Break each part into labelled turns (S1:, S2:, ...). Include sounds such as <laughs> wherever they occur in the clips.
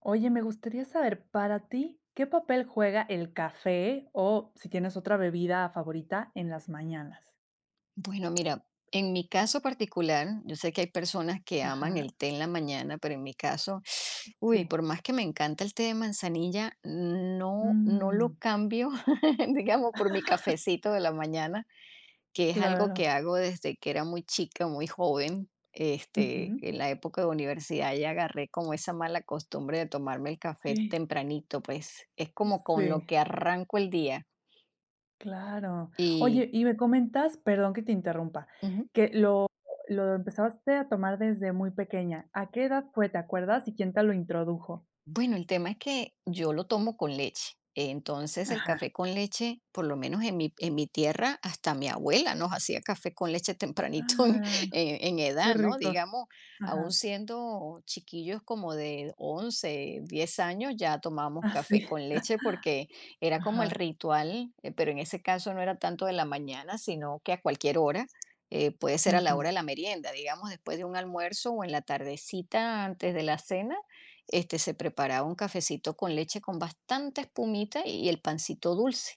S1: Oye, me gustaría saber, para ti, ¿qué papel juega el café o si tienes otra bebida favorita en las mañanas?
S2: Bueno, mira, en mi caso particular, yo sé que hay personas que aman
S1: Ajá,
S2: el té en la mañana, pero en mi caso, <sighs> uy,
S1: sí.
S2: por más que me encanta el té de manzanilla, no, no lo
S1: Mm,
S2: cambio, <laughs> digamos, por mi cafecito de la mañana, que es algo que
S1: claro.
S2: hago desde que era muy chica, muy joven.
S1: Ujú.
S2: En la época de universidad ya agarré como esa mala costumbre de tomarme el café
S1: Sí,
S2: tempranito, pues es como con lo
S1: sí,
S2: que arranco el día.
S1: claro.
S2: Y
S1: Oye, y me comentas, perdón que te interrumpa,
S2: ujú.
S1: que lo empezaste a tomar desde muy pequeña. ¿A qué edad fue, te acuerdas? ¿Y quién te lo introdujo?
S2: Bueno, el tema es que yo lo tomo con leche. Entonces, el
S1: Ajá.
S2: café con leche, por lo menos en mi tierra, hasta mi abuela nos hacía café con leche <laughs> tempranito en,
S1: Ah,
S2: en
S1: qué
S2: edad, ¿no?
S1: rico.
S2: Digamos,
S1: Ajá.
S2: aún siendo chiquillos como de 11, 10 años, ya tomábamos
S1: Ah,
S2: café
S1: sí.
S2: con leche porque era como
S1: Ajá.
S2: el ritual, pero en ese caso no era tanto de la mañana, sino que a cualquier hora. Puede ser a la hora
S1: Ujú.
S2: de la merienda, digamos, después de un almuerzo o en la tardecita antes de la cena, se preparaba un cafecito con leche con bastante espumita y el pancito dulce.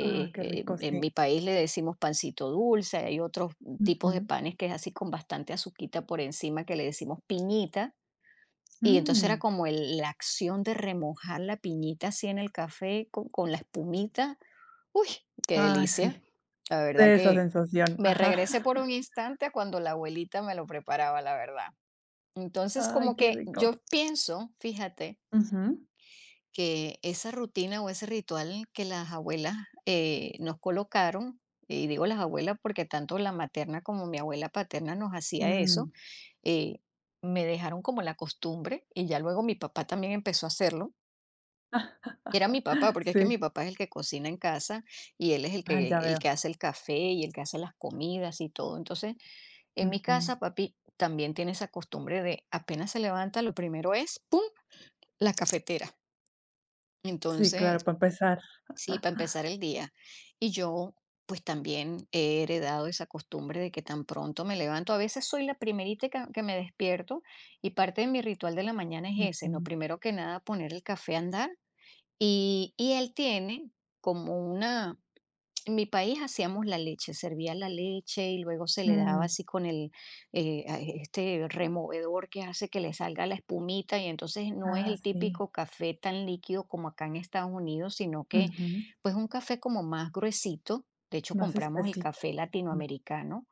S1: Ah, qué rico,
S2: En mi
S1: sí.
S2: país le decimos pancito dulce, hay otros tipos de
S1: Ujú.
S2: panes que es así con bastante azuquita por encima que le decimos piñita. Y entonces era
S1: Mm.
S2: como la acción de remojar la piñita así en el café con la espumita. Uy, qué
S1: Ay,
S2: delicia.
S1: sí,
S2: La verdad
S1: de esa
S2: que
S1: sensación.
S2: me
S1: Ajá.
S2: regresé por
S1: <laughs>
S2: un instante a cuando la abuelita me lo preparaba, la verdad. Entonces,
S1: Ay,
S2: como
S1: qué
S2: que
S1: rico.
S2: yo pienso, fíjate,
S1: Ujú.
S2: que esa rutina o ese ritual que las abuelas nos colocaron, y digo las abuelas porque tanto la materna como mi abuela paterna nos hacía eso,
S1: Mm.
S2: eh, me dejaron como la costumbre y ya luego mi papá también empezó a hacerlo. Era mi papá, porque es
S1: Sí.
S2: que mi papá es el que cocina en casa y él es
S1: Ah, ya
S2: el
S1: veo.
S2: que hace el café y el que hace las comidas y todo. Entonces, en mi
S1: Ujú.
S2: casa, papi también tiene esa costumbre de apenas se levanta, lo primero es, ¡pum!, la cafetera.
S1: Sí, claro,
S2: Entonces,
S1: para empezar.
S2: sí, para empezar el día. Y yo, pues también he heredado esa costumbre de que tan pronto me levanto. A veces soy la primerita que me despierto y parte de mi ritual de la mañana es ese, ¿no?
S1: Ujú.
S2: Primero que nada, poner el café a andar. Y él tiene como una, en mi país hacíamos la leche, servía la leche y luego se le daba
S1: Mm.
S2: así con el este removedor que hace que le salga la espumita y entonces no es
S1: Ah,
S2: el
S1: sí.
S2: típico café tan líquido como acá en Estados Unidos, sino que
S1: Ujú.
S2: pues un café como más gruesito. De hecho,
S1: Más
S2: compramos el
S1: espesito.
S2: café
S1: Ujú.
S2: latinoamericano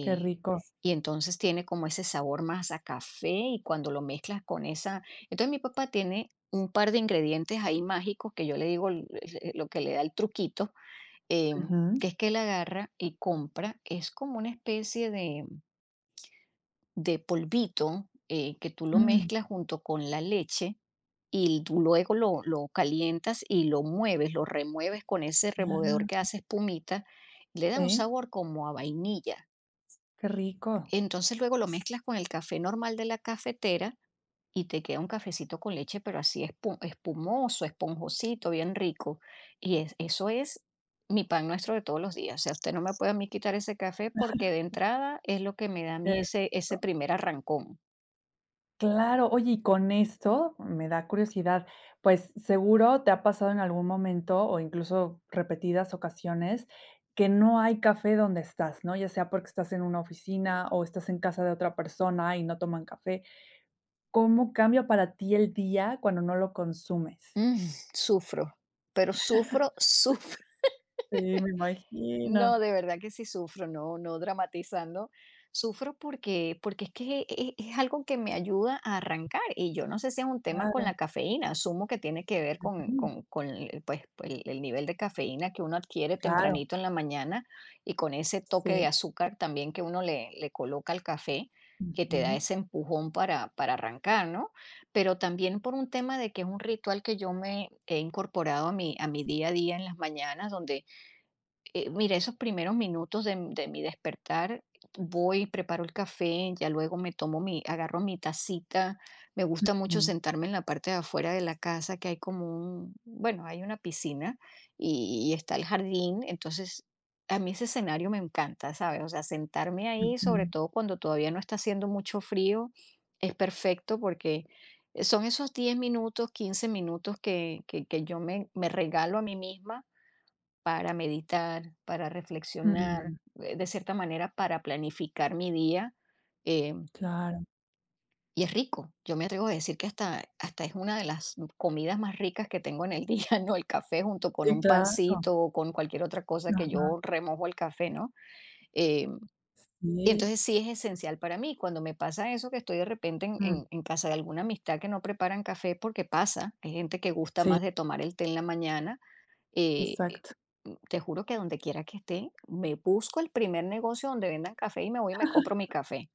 S1: Qué rico.
S2: y entonces tiene como ese sabor más a café y cuando lo mezclas con esa... Entonces mi papá tiene un par de ingredientes ahí mágicos que yo le digo lo que le da el truquito eh,
S1: Ujú.
S2: que es que él agarra y compra, es como una especie de polvito que tú lo
S1: Mm.
S2: mezclas junto con la leche y tú luego lo calientas y lo mueves, lo remueves con ese removedor
S1: Ah,
S2: que hace espumita, le da un
S1: sí,
S2: sabor como a vainilla.
S1: qué rico.
S2: Entonces luego lo mezclas con el café normal de la cafetera y te queda un cafecito con leche, pero así espumoso, esponjosito, bien rico. Y eso es mi pan nuestro de todos los días. O sea, usted no me puede a mí quitar ese café porque de entrada es lo que me da a mí ese, ese
S1: Eso.
S2: primer arrancón.
S1: Claro, oye, y con esto me da curiosidad, pues seguro te ha pasado en algún momento o incluso repetidas ocasiones que no hay café donde estás, ¿no? Ya sea porque estás en una oficina o estás en casa de otra persona y no toman café. ¿Cómo cambia para ti el día cuando no lo consumes?
S2: Mm, sufro, pero sufro, <laughs> sufro.
S1: Sí, me imagino.
S2: No, de verdad que sí sufro, no, no dramatizando. Sufro porque, porque es que es, algo que me ayuda a arrancar y yo no sé si es un tema con
S1: Claro.
S2: la cafeína, asumo que tiene que ver
S1: Ujú.
S2: con el, pues, el nivel de cafeína que uno adquiere
S1: Claro,
S2: tempranito en la mañana y con ese toque de
S1: sí.
S2: azúcar también que uno le, le coloca al café, que te da
S1: Ujú.
S2: ese empujón para arrancar, ¿no? Pero también por un tema de que es un ritual que yo me he incorporado a mi día a día en las mañanas, donde mira, esos primeros minutos de mi despertar, voy, preparo el café, ya luego me tomo mi, agarro mi tacita. Me gusta mucho
S1: Mm.
S2: sentarme en la parte de afuera de la casa, que hay como un, bueno, hay una piscina y está el jardín. Entonces, a mí ese escenario me encanta, ¿sabes? O sea, sentarme ahí, sobre
S1: Ujú.
S2: todo cuando todavía no está haciendo mucho frío, es perfecto porque son esos 10 minutos, 15 minutos que yo me, me regalo a mí misma para meditar, para reflexionar,
S1: Mm,
S2: de cierta manera para planificar mi día. eh,
S1: claro.
S2: y es rico. Yo me atrevo a decir que hasta, hasta es una de las comidas más ricas que tengo en el día, <laughs> ¿no? El café junto con
S1: Sí,
S2: un
S1: claro.
S2: pancito o con cualquier otra cosa que
S1: Ajá.
S2: yo remojo el café, ¿no? Eh, y
S1: Sí.
S2: entonces sí es esencial para mí. Cuando me pasa eso, que estoy de repente en,
S1: Mm.
S2: en casa de alguna amistad que no preparan café, porque pasa, hay gente que gusta
S1: Sí.
S2: más de tomar el té en la mañana eh, eh,
S1: Exacto,
S2: mm, te juro que donde quiera que esté, me busco el primer negocio donde vendan café y me voy y me compro mi café.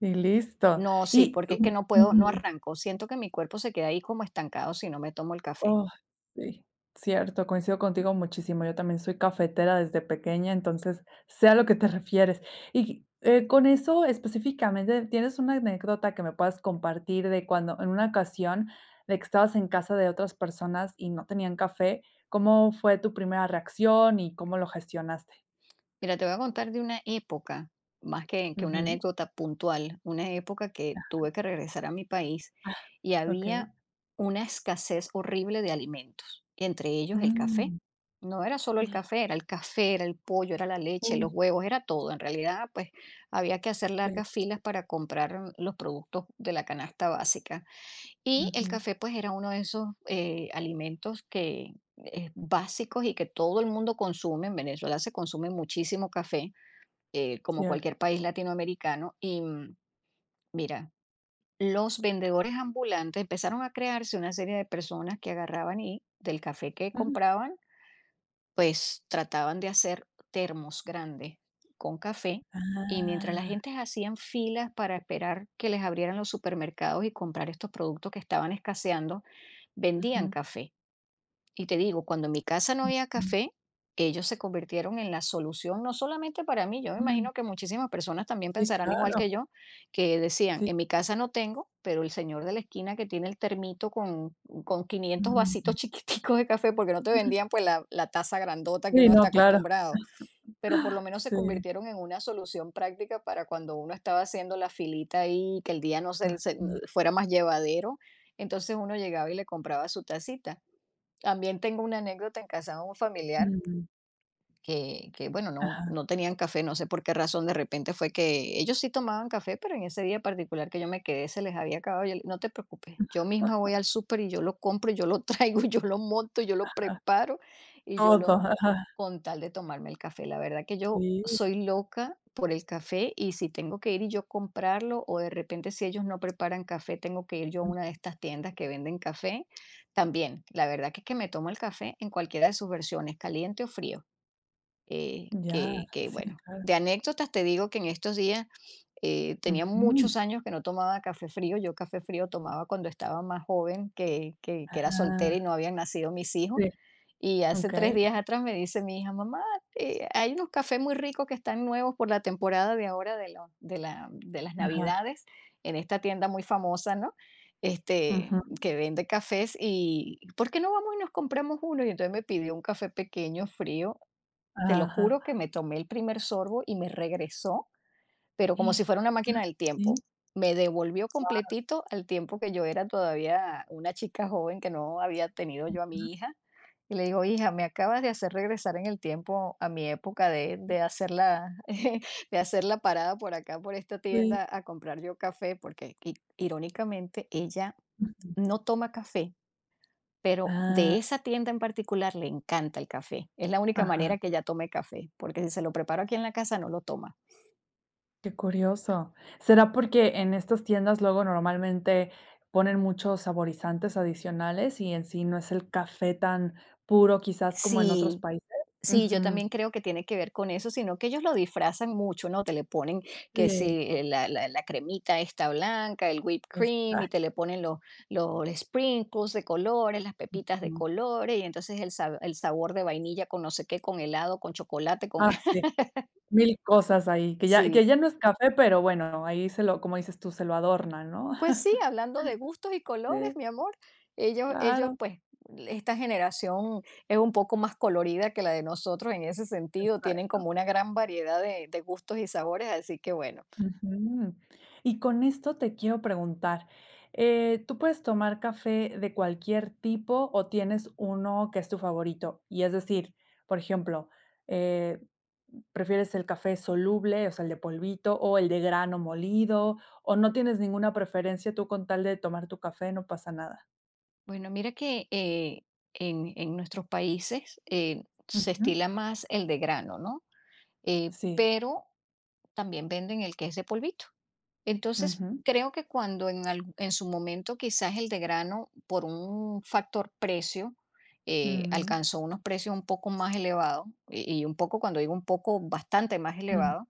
S1: y listo.
S2: No, sí,
S1: Y
S2: porque es que
S1: u
S2: no puedo, no
S1: ujú.
S2: arranco. Siento que mi cuerpo se queda ahí como estancado si no me tomo el café.
S1: Oh, sí, cierto, coincido contigo muchísimo. Yo también soy cafetera desde pequeña, entonces sé a lo que te <laughs> refieres. Y, con eso específicamente, ¿tienes una anécdota que me puedas compartir de cuando en una ocasión de que estabas en casa de otras personas y no tenían café? ¿Cómo fue tu primera reacción y cómo lo gestionaste?
S2: Mira, te voy a contar de una época, más que una
S1: Ujú,
S2: anécdota puntual, una época que tuve que regresar a mi país y había
S1: okey.
S2: una escasez horrible de alimentos, entre ellos el café.
S1: Mm.
S2: No era solo el café, era el café, era el pollo, era la leche, los
S1: Uy,
S2: huevos, era todo. En realidad, pues había que hacer
S1: sí,
S2: largas filas para comprar los productos de la canasta básica. Y el
S1: ujú,
S2: café, pues, era uno de esos, alimentos que, básicos y que todo el mundo consume. En Venezuela se consume muchísimo café, como
S1: cier
S2: cualquier país latinoamericano. Y, mm, mira, los vendedores ambulantes empezaron a crearse una serie de personas que agarraban y del café que compraban, pues, trataban de hacer termos grandes con café. Y mientras la
S1: ah,
S2: gente hacían filas para esperar que les abrieran los supermercados y comprar estos productos que estaban escaseando, vendían
S1: ujú,
S2: café. Y te digo, cuando en mi casa no había
S1: mm,
S2: café, ellos se convirtieron en la solución, no solamente para mí, yo me
S1: mm,
S2: imagino que muchísimas personas también
S1: sí,
S2: pensarán igual
S1: claro,
S2: que yo, que decían,
S1: sí,
S2: en mi casa no tengo, pero el señor de la esquina que tiene el termito con 500 vasitos <laughs>
S1: mm,
S2: chiquiticos de café, porque no te
S1: mm,
S2: vendían pues la taza grandota que
S1: sí,
S2: uno está
S1: no, claro,
S2: acostumbrado, pero por lo menos se
S1: sí,
S2: convirtieron en una solución práctica para cuando uno estaba haciendo la filita ahí, que el día no se,
S1: así es,
S2: fuera más llevadero. Entonces uno llegaba y le compraba su tacita. También tengo una anécdota en casa de un familiar
S1: mm,
S2: que, bueno, no,
S1: ajá,
S2: no tenían café, no sé por qué razón de repente fue que ellos sí tomaban café, pero en ese día particular que yo me quedé se les había acabado. Yo, no te preocupes, yo misma voy
S1: ajá,
S2: al súper y yo lo compro, yo lo traigo, <laughs> yo lo monto, yo lo preparo y yo lo
S1: todo,
S2: hago
S1: ajá,
S2: con tal de tomarme el café. La verdad que yo
S1: sí,
S2: soy loca por el café y si tengo que ir y yo comprarlo o de repente si ellos no preparan café, tengo que ir yo a
S1: mm,
S2: una de estas tiendas que venden café. También, la verdad que es que me tomo el café en cualquiera de sus versiones, caliente o frío
S1: ya,
S2: que,
S1: sí,
S2: bueno,
S1: claro,
S2: de anécdotas te digo que en estos días tenía
S1: ujú,
S2: muchos años que no tomaba café frío. Yo café frío tomaba cuando estaba más joven, que, que era soltera
S1: ajá,
S2: y no habían nacido mis hijos.
S1: sí,
S2: Y hace tres
S1: okay,
S2: días atrás me dice mi hija, mamá, hay unos cafés muy ricos que están nuevos por la temporada de ahora de, de, la, de las
S1: ajá,
S2: Navidades en esta tienda muy famosa, ¿no?
S1: ujú,
S2: Que vende cafés y ¿por qué no vamos y nos compramos uno? Y entonces me pidió un café pequeño, frío, te lo
S1: ajá,
S2: juro que
S1: ah,
S2: me tomé el primer sorbo y me regresó, pero como
S1: sí,
S2: si fuera una
S1: ajá,
S2: máquina del tiempo.
S1: sí,
S2: Me devolvió completito al tiempo que yo era todavía una chica joven que no había tenido yo a mi hija. Y le digo, hija, me acabas de hacer regresar en el tiempo a mi época de hacer <laughs> de hacer la parada por acá, por esta tienda, a comprar yo café, porque irónicamente ella
S1: ujú,
S2: no toma café, pero
S1: ah,
S2: de esa tienda en particular le encanta el café. Es la única
S1: ajá.
S2: manera que ella tome café, porque si se lo preparo aquí en la casa no lo toma.
S1: Qué curioso. ¿Será porque en estas tiendas luego normalmente ponen muchos saborizantes adicionales y en sí no es el café tan puro quizás como en otros
S2: Sí,
S1: países?
S2: sí, yo
S1: Ujú.
S2: también creo que tiene que ver con eso, sino que ellos lo disfrazan mucho, ¿no? Te le ponen que
S1: Sí,
S2: si la cremita está blanca, el whipped cream, y te le
S1: exacto.
S2: ponen los sprinkles de colores, las pepitas de colores, y entonces el sabor de vainilla con no sé qué, con helado, con chocolate, con...
S1: Ah, sí,
S2: <laughs>
S1: mil cosas ahí, que
S2: Sí.
S1: ya no es café, pero bueno, ahí se lo, como dices tú, se lo adornan, ¿no?
S2: Pues
S1: <laughs>
S2: sí, hablando de gustos y colores,
S1: Sí,
S2: mi amor, ellos,
S1: claro,
S2: pues, esta generación es un poco más colorida que la de nosotros en ese sentido, tienen
S1: exacto.
S2: como una gran variedad de gustos y sabores, así que bueno.
S1: Ujú. Y con esto te quiero preguntar, ¿tú puedes tomar café de cualquier tipo o tienes uno que es tu favorito? Y es decir, por ejemplo, eh, ¿prefieres el café soluble, o sea, el de polvito, o el de grano molido, o no tienes ninguna preferencia tú con tal de tomar tu café, no pasa nada?
S2: Bueno, mira que, en nuestros países, se
S1: Ujú.
S2: estila más el de grano, ¿no?
S1: Sí.
S2: Pero también venden el que es de polvito. Entonces,
S1: Ujú,
S2: creo que cuando en su momento quizás el de grano, por un factor precio,
S1: ujú,
S2: alcanzó unos precios un poco más elevados, y un poco, cuando digo un poco, bastante más
S1: mm,
S2: elevado,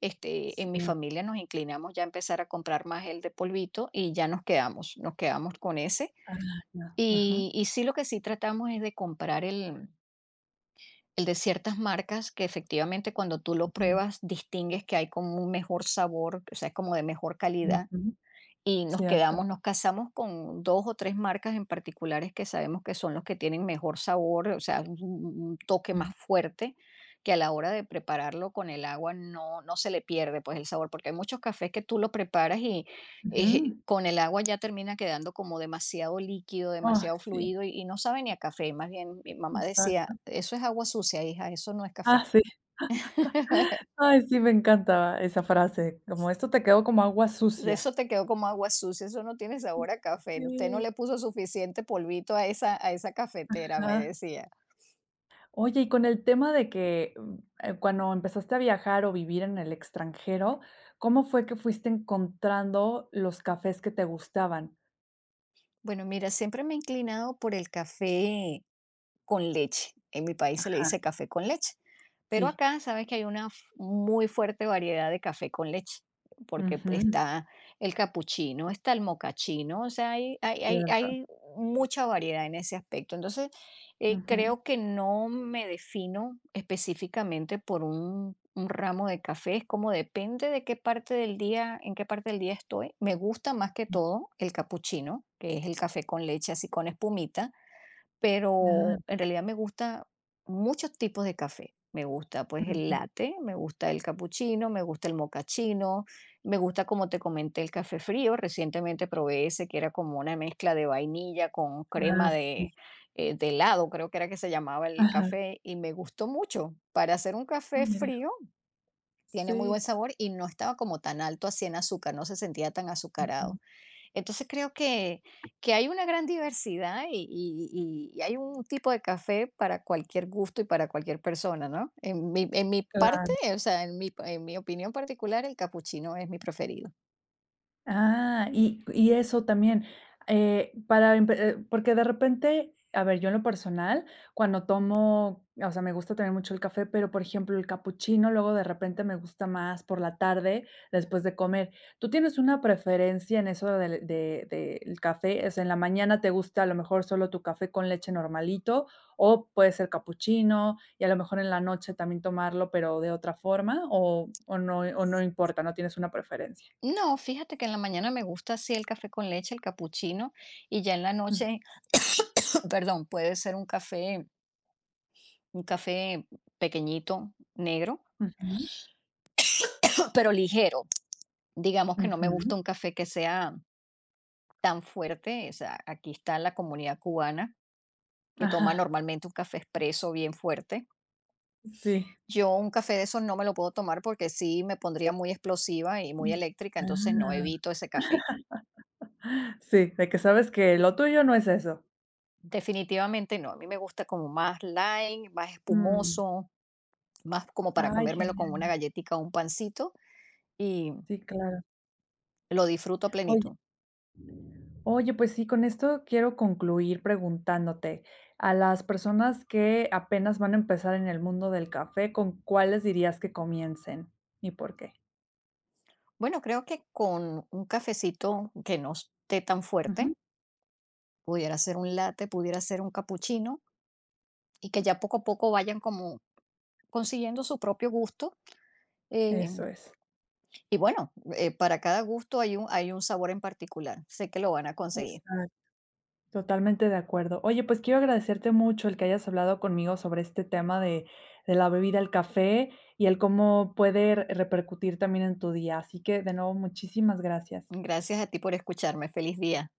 S2: este, en mi
S1: sí.
S2: familia nos inclinamos ya a empezar a comprar más el de polvito y ya nos quedamos con ese.
S1: Ah, ya, ajá,
S2: Y sí, lo que sí tratamos es de comprar el de ciertas marcas que efectivamente cuando tú lo
S1: ujú,
S2: pruebas distingues que hay como un mejor sabor, o sea, es como de mejor calidad
S1: ujú,
S2: y nos
S1: cierto,
S2: quedamos, nos casamos con 2 o 3 marcas en particulares que sabemos que son los que tienen mejor sabor, o sea, un toque más
S1: mm,
S2: fuerte, que a la hora de prepararlo con el agua no se le pierde, pues, el sabor, porque hay muchos cafés que tú lo preparas y,
S1: ujú.
S2: con el agua ya termina quedando como demasiado líquido,
S1: Ay,
S2: demasiado
S1: sí.
S2: fluido y no sabe ni a café, más bien mi mamá decía:
S1: Exacto.
S2: "Eso es agua sucia, hija, eso no es
S1: Ah,
S2: café".
S1: sí.
S2: <laughs>
S1: Ay, sí, me encantaba esa frase, como: "Esto te quedó como agua sucia".
S2: Eso te quedó como agua sucia, eso no tiene sabor a café. No, usted no
S1: Sí,
S2: le puso suficiente polvito a esa cafetera, me
S1: ajá.
S2: decía.
S1: Oye, y con el tema de que, cuando empezaste a viajar o vivir en el extranjero, ¿cómo fue que fuiste encontrando los cafés que te gustaban?
S2: Bueno, mira, siempre me he inclinado por el café con leche. En mi país se le
S1: Ajá,
S2: dice café con leche, pero
S1: sí.
S2: acá sabes que hay una muy fuerte variedad de café con leche, porque
S1: Ujú,
S2: está el capuchino, está el mocachino, o sea,
S1: cierto.
S2: hay mucha variedad en ese aspecto. Entonces,
S1: Ujú.
S2: creo que no me defino específicamente por un ramo de café, es como depende de qué parte del día, en qué parte del día estoy. Me gusta más que todo el capuchino, que es el café con leche así con espumita,
S1: Ah,
S2: pero en realidad me gusta muchos tipos de café. Me gusta pues el
S1: ujú.
S2: latte, me gusta el cappuccino, me gusta el mocachino, me gusta como te comenté el café frío. Recientemente probé ese que era como una mezcla de vainilla con
S1: Ah,
S2: crema
S1: sí.
S2: de helado, creo que era que se llamaba el
S1: Ajá.
S2: café, y me gustó mucho. Para hacer un
S1: Ah,
S2: café
S1: mira.
S2: frío tiene muy buen
S1: Sí.
S2: sabor y no estaba como tan alto así en azúcar, no se sentía tan
S1: Ujú.
S2: azucarado. Entonces creo que hay una gran diversidad y hay un tipo de café para cualquier gusto y para cualquier persona, ¿no? En mi parte,
S1: Claro.
S2: o sea, en mi opinión particular, el capuchino es mi preferido.
S1: Ah, y eso también, para empe porque de repente, a ver, yo en lo personal, cuando tomo, o sea, me gusta tener mucho el café, pero, por ejemplo, el capuchino luego de repente me gusta más por la tarde, después de comer. ¿Tú tienes una preferencia en eso del café? O sea, en la mañana te gusta a lo mejor solo tu café con leche normalito, o puede ser capuchino, y a lo mejor en la noche también tomarlo, pero de otra forma, o no importa, no tienes una preferencia.
S2: No, fíjate que en la mañana me gusta así el café con leche, el capuchino, y ya en la noche, <laughs> <clears throat> perdón, puede ser un café pequeñito, negro,
S1: Ujú,
S2: <clears throat> pero ligero. Digamos que no me
S1: ujú.
S2: gusta un café que sea tan fuerte. O sea, aquí está la comunidad cubana que toma
S1: Ajá,
S2: normalmente un café expreso bien fuerte.
S1: sí.
S2: Yo un café de esos no me lo puedo tomar porque sí me pondría muy explosiva y muy eléctrica, entonces no evito ese café.
S1: Ah, sí, de que sabes que lo tuyo no es eso.
S2: Definitivamente no, a mí me gusta como más light, más
S1: Mm,
S2: espumoso, más como para
S1: ay,
S2: comérmelo con una
S1: genial.
S2: galletita o un pancito y
S1: Sí, claro.
S2: lo disfruto a
S1: Oye
S2: plenitud.
S1: oye, pues sí, con esto quiero concluir preguntándote, a las personas que apenas van a empezar en el mundo del café, ¿con cuáles dirías que comiencen y por qué?
S2: Bueno, creo que con un cafecito que no esté tan
S1: Ujú,
S2: fuerte, pudiera ser un latte, pudiera ser un capuchino y que ya poco a poco vayan como consiguiendo su propio gusto. eh,
S1: eso es.
S2: Y bueno, para cada gusto hay un sabor en particular. Sé que lo van a conseguir.
S1: Exacto. Totalmente de acuerdo. Oye, pues quiero agradecerte mucho el que hayas hablado conmigo sobre este tema de la bebida, el café y el cómo puede repercutir también en tu día. Así que de nuevo, muchísimas gracias.
S2: Gracias a ti por escucharme. Feliz día.